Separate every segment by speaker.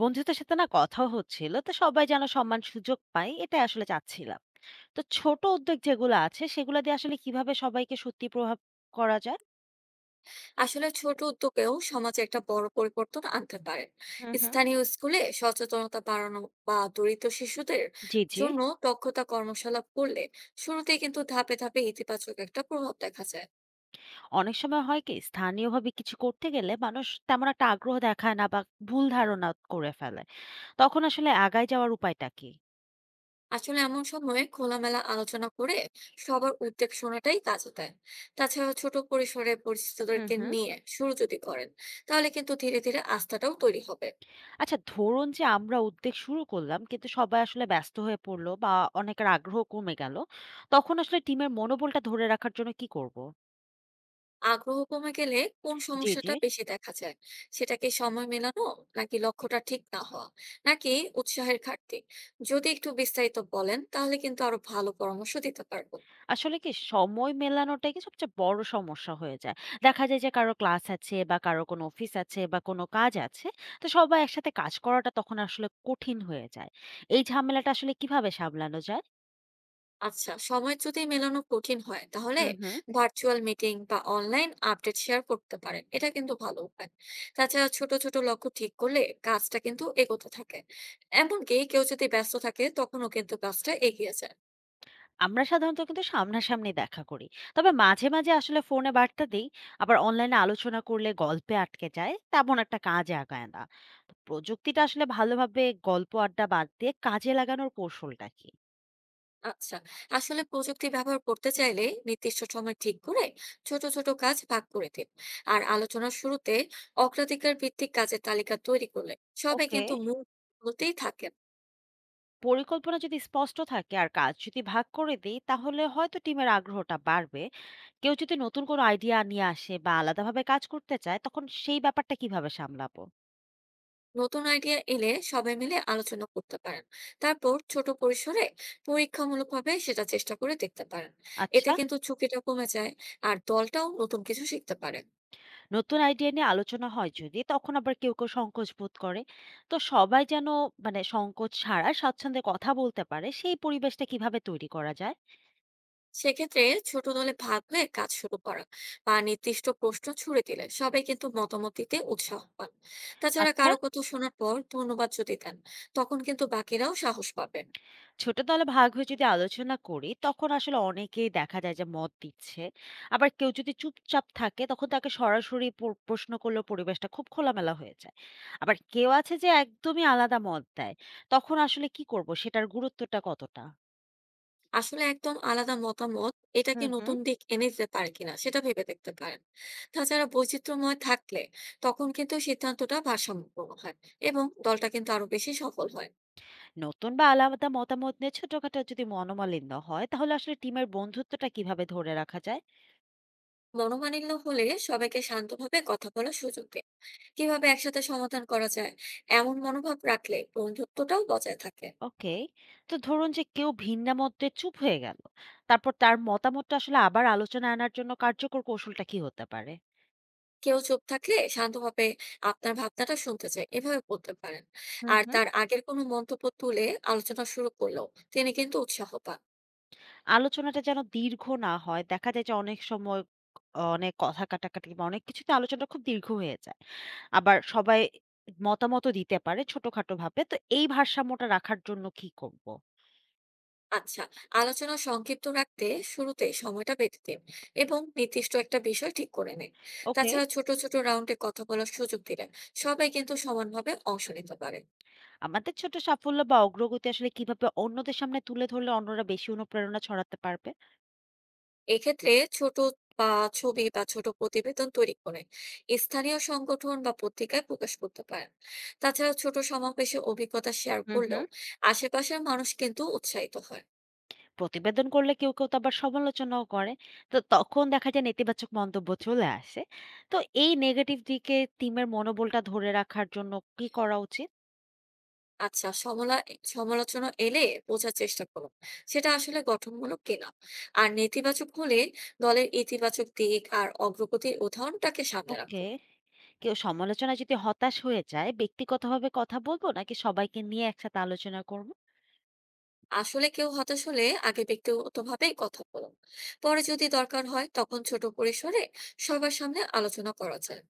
Speaker 1: বন্ধুদের সাথে না কথা হচ্ছিল, তো সবাই যেন সম্মান সুযোগ পায় এটা আসলে চাচ্ছিলাম। তো ছোট উদ্যোগ যেগুলো আছে সেগুলো দিয়ে আসলে কিভাবে সবাইকে সত্যি প্রভাব করা যায়।
Speaker 2: আসলে ছোট উদ্যোগেও সমাজে একটা বড় পরিবর্তন আনতে পারে।
Speaker 1: হুম হুম
Speaker 2: স্থানীয় স্কুলে সচেতনতা বাড়ানো বা দরিদ্র শিশুদের
Speaker 1: জি জি।
Speaker 2: জন্য দক্ষতা কর্মশালা করলে শুরুতেই কিন্তু ধাপে ধাপে ইতিবাচক একটা প্রভাব দেখা যায়।
Speaker 1: অনেক সময় হয় কি, স্থানীয়ভাবে কিছু করতে গেলে মানুষ তেমন একটা আগ্রহ দেখায় না বা ভুল ধারণা করে ফেলে। তখন আসলে আগায় যাওয়ার উপায়টা কি?
Speaker 2: আসলে এমন সময়ে খোলামেলা আলোচনা করে সবার উদ্বেগ শোনাটাই কাজে দেয়। তাছাড়া ছোট পরিসরে
Speaker 1: হুম
Speaker 2: পরিচিতদেরকে
Speaker 1: হুম
Speaker 2: নিয়ে শুরু যদি করেন তাহলে কিন্তু ধীরে ধীরে আস্থাটাও তৈরি হবে।
Speaker 1: আচ্ছা, ধরুন যে আমরা উদ্যোগ শুরু করলাম কিন্তু সবাই আসলে ব্যস্ত হয়ে পড়লো বা অনেকের আগ্রহ কমে গেল। তখন আসলে টিমের মনোবলটা ধরে রাখার জন্য কি করব?
Speaker 2: আগ্রহ কমে গেলে কোন
Speaker 1: জি জি।
Speaker 2: সমস্যাটা বেশি দেখা যায়? সেটা কি সময় মেলানো, নাকি লক্ষ্যটা ঠিক না হওয়া, নাকি উৎসাহের ঘাটতি? যদি একটু বিস্তারিত বলেন তাহলে কিন্তু আরো ভালো পরামর্শ দিতে পারবো।
Speaker 1: আসলে কি সময় মেলানোটাই কি সবচেয়ে বড় সমস্যা হয়ে যায়। দেখা যায় যে কারো ক্লাস আছে বা কারো কোনো অফিস আছে বা কোনো কাজ আছে। তো সবাই একসাথে কাজ করাটা তখন আসলে কঠিন হয়ে যায়। এই ঝামেলাটা আসলে কিভাবে সামলানো যায়?
Speaker 2: আচ্ছা, সময় যদি মেলানো কঠিন হয় তাহলে
Speaker 1: হুম হুম
Speaker 2: ভার্চুয়াল মিটিং বা অনলাইন আপডেট শেয়ার করতে পারেন, এটা কিন্তু ভালো উপায়। তাছাড়া ছোট ছোট লক্ষ্য ঠিক করলে কাজটা কিন্তু এগোতে থাকে, এমনকি কেউ যদি ব্যস্ত থাকে তখনও কিন্তু কাজটা এগিয়ে যায়।
Speaker 1: আমরা সাধারণত কিন্তু সামনাসামনি দেখা করি। তবে মাঝে মাঝে আসলে ফোনে বার্তা দেই। আবার অনলাইনে আলোচনা করলে গল্পে আটকে যায়। তেমন একটা কাজ আগায় না। তো প্রযুক্তিটা আসলে ভালোভাবে গল্প আড্ডা বাদ দিয়ে কাজে লাগানোর কৌশলটা কি?
Speaker 2: আচ্ছা, আসলে প্রযুক্তি ব্যবহার করতে চাইলে নির্দিষ্ট সময় ঠিক করে ছোট ছোট কাজ ভাগ করে দিন। আর আলোচনার শুরুতে অগ্রাধিকার ভিত্তিক কাজের তালিকা তৈরি করলে সবাই
Speaker 1: ওকে।
Speaker 2: কিন্তু মূল বলতেই থাকেন।
Speaker 1: পরিকল্পনা যদি স্পষ্ট থাকে আর কাজ যদি ভাগ করে দেই তাহলে হয়তো টিমের আগ্রহটা বাড়বে। কেউ যদি নতুন কোনো আইডিয়া নিয়ে আসে বা আলাদাভাবে কাজ করতে চায় তখন সেই ব্যাপারটা কিভাবে সামলাবো?
Speaker 2: নতুন আইডিয়া এলে সবাই মিলে আলোচনা করতে পারেন। তারপর ছোট পরিসরে পরীক্ষামূলক ভাবে সেটা চেষ্টা করে দেখতে পারেন। এতে
Speaker 1: আচ্ছা,
Speaker 2: কিন্তু ঝুঁকিটা কমে যায় আর দলটাও নতুন কিছু শিখতে পারে।
Speaker 1: নতুন আইডিয়া নিয়ে আলোচনা হয় যদি তখন আবার কেউ কেউ সংকোচ বোধ করে। তো সবাই যেন, মানে সংকোচ ছাড়া স্বাচ্ছন্দ্যে কথা বলতে পারে সেই পরিবেশটা কিভাবে তৈরি করা যায়?
Speaker 2: সেক্ষেত্রে ছোট দলে ভাগ হয়ে কাজ শুরু করা বা নির্দিষ্ট প্রশ্ন ছুড়ে দিলে সবাই কিন্তু মতামত দিতে উৎসাহ পান। তাছাড়া
Speaker 1: আচ্ছা।
Speaker 2: কারো কথা শোনার পর ধন্যবাদ যদি দেন তখন কিন্তু বাকিরাও সাহস পাবেন।
Speaker 1: ছোট দলে ভাগ হয়ে যদি আলোচনা করি তখন আসলে অনেকেই দেখা যায় যে মত দিচ্ছে। আবার কেউ যদি চুপচাপ থাকে তখন তাকে সরাসরি প্রশ্ন করলেও পরিবেশটা খুব খোলামেলা হয়ে যায়। আবার কেউ আছে যে একদমই আলাদা মত দেয়। তখন আসলে কি করব, সেটার গুরুত্বটা কতটা?
Speaker 2: আসলে একদম আলাদা মতামত, এটা কি
Speaker 1: হুম হুম
Speaker 2: নতুন দিক এনে দিতে পারে কিনা সেটা ভেবে দেখতে পারেন। তাছাড়া বৈচিত্র্যময় থাকলে তখন কিন্তু সিদ্ধান্তটা ভারসাম্যপূর্ণ হয় এবং দলটা কিন্তু আরো বেশি সফল হয়।
Speaker 1: নতুন বা আলাদা মতামত নিয়ে ছোটখাটো যদি মনোমালিন্য হয় তাহলে আসলে টিমের বন্ধুত্বটা কিভাবে ধরে রাখা যায়?
Speaker 2: মনোমালিন্য হলে সবাইকে শান্তভাবে কথা বলার সুযোগ দিন। কিভাবে একসাথে সমাধান করা যায়, এমন মনোভাব রাখলে বন্ধুত্বটাও বজায় থাকে।
Speaker 1: ওকে। তো ধরুন যে কেউ ভিন্নামতে চুপ হয়ে গেল। তারপর তার মতামতটা আসলে আবার আলোচনায় আনার জন্য কার্যকর কৌশলটা কি হতে পারে?
Speaker 2: কেউ চুপ থাকলে শান্তভাবে আপনার ভাবনাটা শুনতে চায় এভাবে বলতে পারেন।
Speaker 1: হুম
Speaker 2: আর
Speaker 1: হুম
Speaker 2: তার আগের কোনো মন্তব্য তুলে আলোচনা শুরু করলেও তিনি কিন্তু উৎসাহ পান।
Speaker 1: আলোচনাটা যেন দীর্ঘ না হয়। দেখা যায় যে অনেক সময় অনেক কথা কাটাকাটি বা অনেক কিছুতে আলোচনা খুব দীর্ঘ হয়ে যায়। আবার সবাই মতামতও দিতে পারে ছোটখাটো ভাবে। তো এই ভারসাম্যটা রাখার জন্য কি করব?
Speaker 2: আচ্ছা, আলোচনা সংক্ষিপ্ত রাখতে শুরুতে সময়টা বেঁধে দিন এবং নির্দিষ্ট একটা বিষয় ঠিক করে নিন।
Speaker 1: ওকে।
Speaker 2: তাছাড়া ছোট ছোট রাউন্ডে কথা বলার সুযোগ দিলে সবাই কিন্তু সমানভাবে অংশ নিতে পারে।
Speaker 1: আমাদের ছোট সাফল্য বা অগ্রগতি আসলে কিভাবে অন্যদের সামনে তুলে ধরলে অন্যরা বেশি অনুপ্রেরণা ছড়াতে পারবে?
Speaker 2: এক্ষেত্রে ছোট বা ছবি বা ছোট প্রতিবেদন তৈরি করে স্থানীয় সংগঠন বা পত্রিকায় প্রকাশ করতে পারেন। তাছাড়া ছোট সমাবেশে অভিজ্ঞতা শেয়ার
Speaker 1: হুম
Speaker 2: করলেও
Speaker 1: হুম
Speaker 2: আশেপাশের মানুষ কিন্তু উৎসাহিত হয়।
Speaker 1: প্রতিবেদন করলে কেউ কেউ তো আবার সমালোচনাও করে। তো তখন দেখা যায় নেতিবাচক মন্তব্য চলে আসে। তো এই নেগেটিভ দিকে টিমের মনোবলটা ধরে রাখার জন্য কি করা উচিত?
Speaker 2: আচ্ছা, সমালোচনা এলে বোঝার চেষ্টা করুন সেটা আসলে গঠনমূলক কিনা। আর নেতিবাচক হলে দলের ইতিবাচক দিক আর অগ্রগতির উদাহরণটাকে সামনে
Speaker 1: ওকে।
Speaker 2: রাখুন।
Speaker 1: কেউ সমালোচনায় যদি হতাশ হয়ে যায়, ব্যক্তিগতভাবে কথা বলব নাকি সবাইকে নিয়ে একসাথে আলোচনা করব?
Speaker 2: আসলে কেউ হতাশ হলে আগে ব্যক্তিগতভাবে কথা বলুন। পরে যদি দরকার হয় তখন ছোট পরিসরে সবার সামনে আলোচনা করা যায়।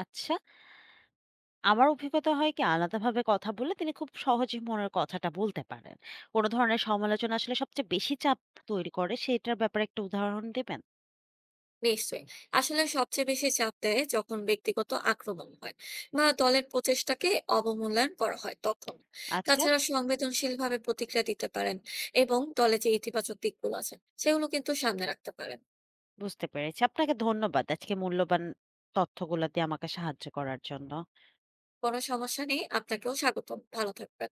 Speaker 1: আচ্ছা, আমার অভিজ্ঞতা হয় কি আলাদাভাবে কথা বললে তিনি খুব সহজে মনের কথাটা বলতে পারেন। কোন ধরনের সমালোচনা আসলে সবচেয়ে বেশি চাপ তৈরি করে সেটার ব্যাপারে একটা উদাহরণ দেবেন?
Speaker 2: নিশ্চয়ই। আসলে সবচেয়ে বেশি চাপ দেয় যখন ব্যক্তিগত আক্রমণ হয় বা দলের প্রচেষ্টাকে অবমূল্যায়ন করা হয় তখন।
Speaker 1: আচ্ছা।
Speaker 2: তাছাড়া সংবেদনশীলভাবে প্রতিক্রিয়া দিতে পারেন এবং দলে যে ইতিবাচক দিকগুলো আছে সেগুলো কিন্তু সামনে রাখতে পারেন।
Speaker 1: বুঝতে পেরেছি। আপনাকে ধন্যবাদ আজকে মূল্যবান তথ্যগুলা দিয়ে আমাকে সাহায্য করার জন্য।
Speaker 2: কোনো সমস্যা নেই, আপনাকেও স্বাগতম, ভালো থাকবেন।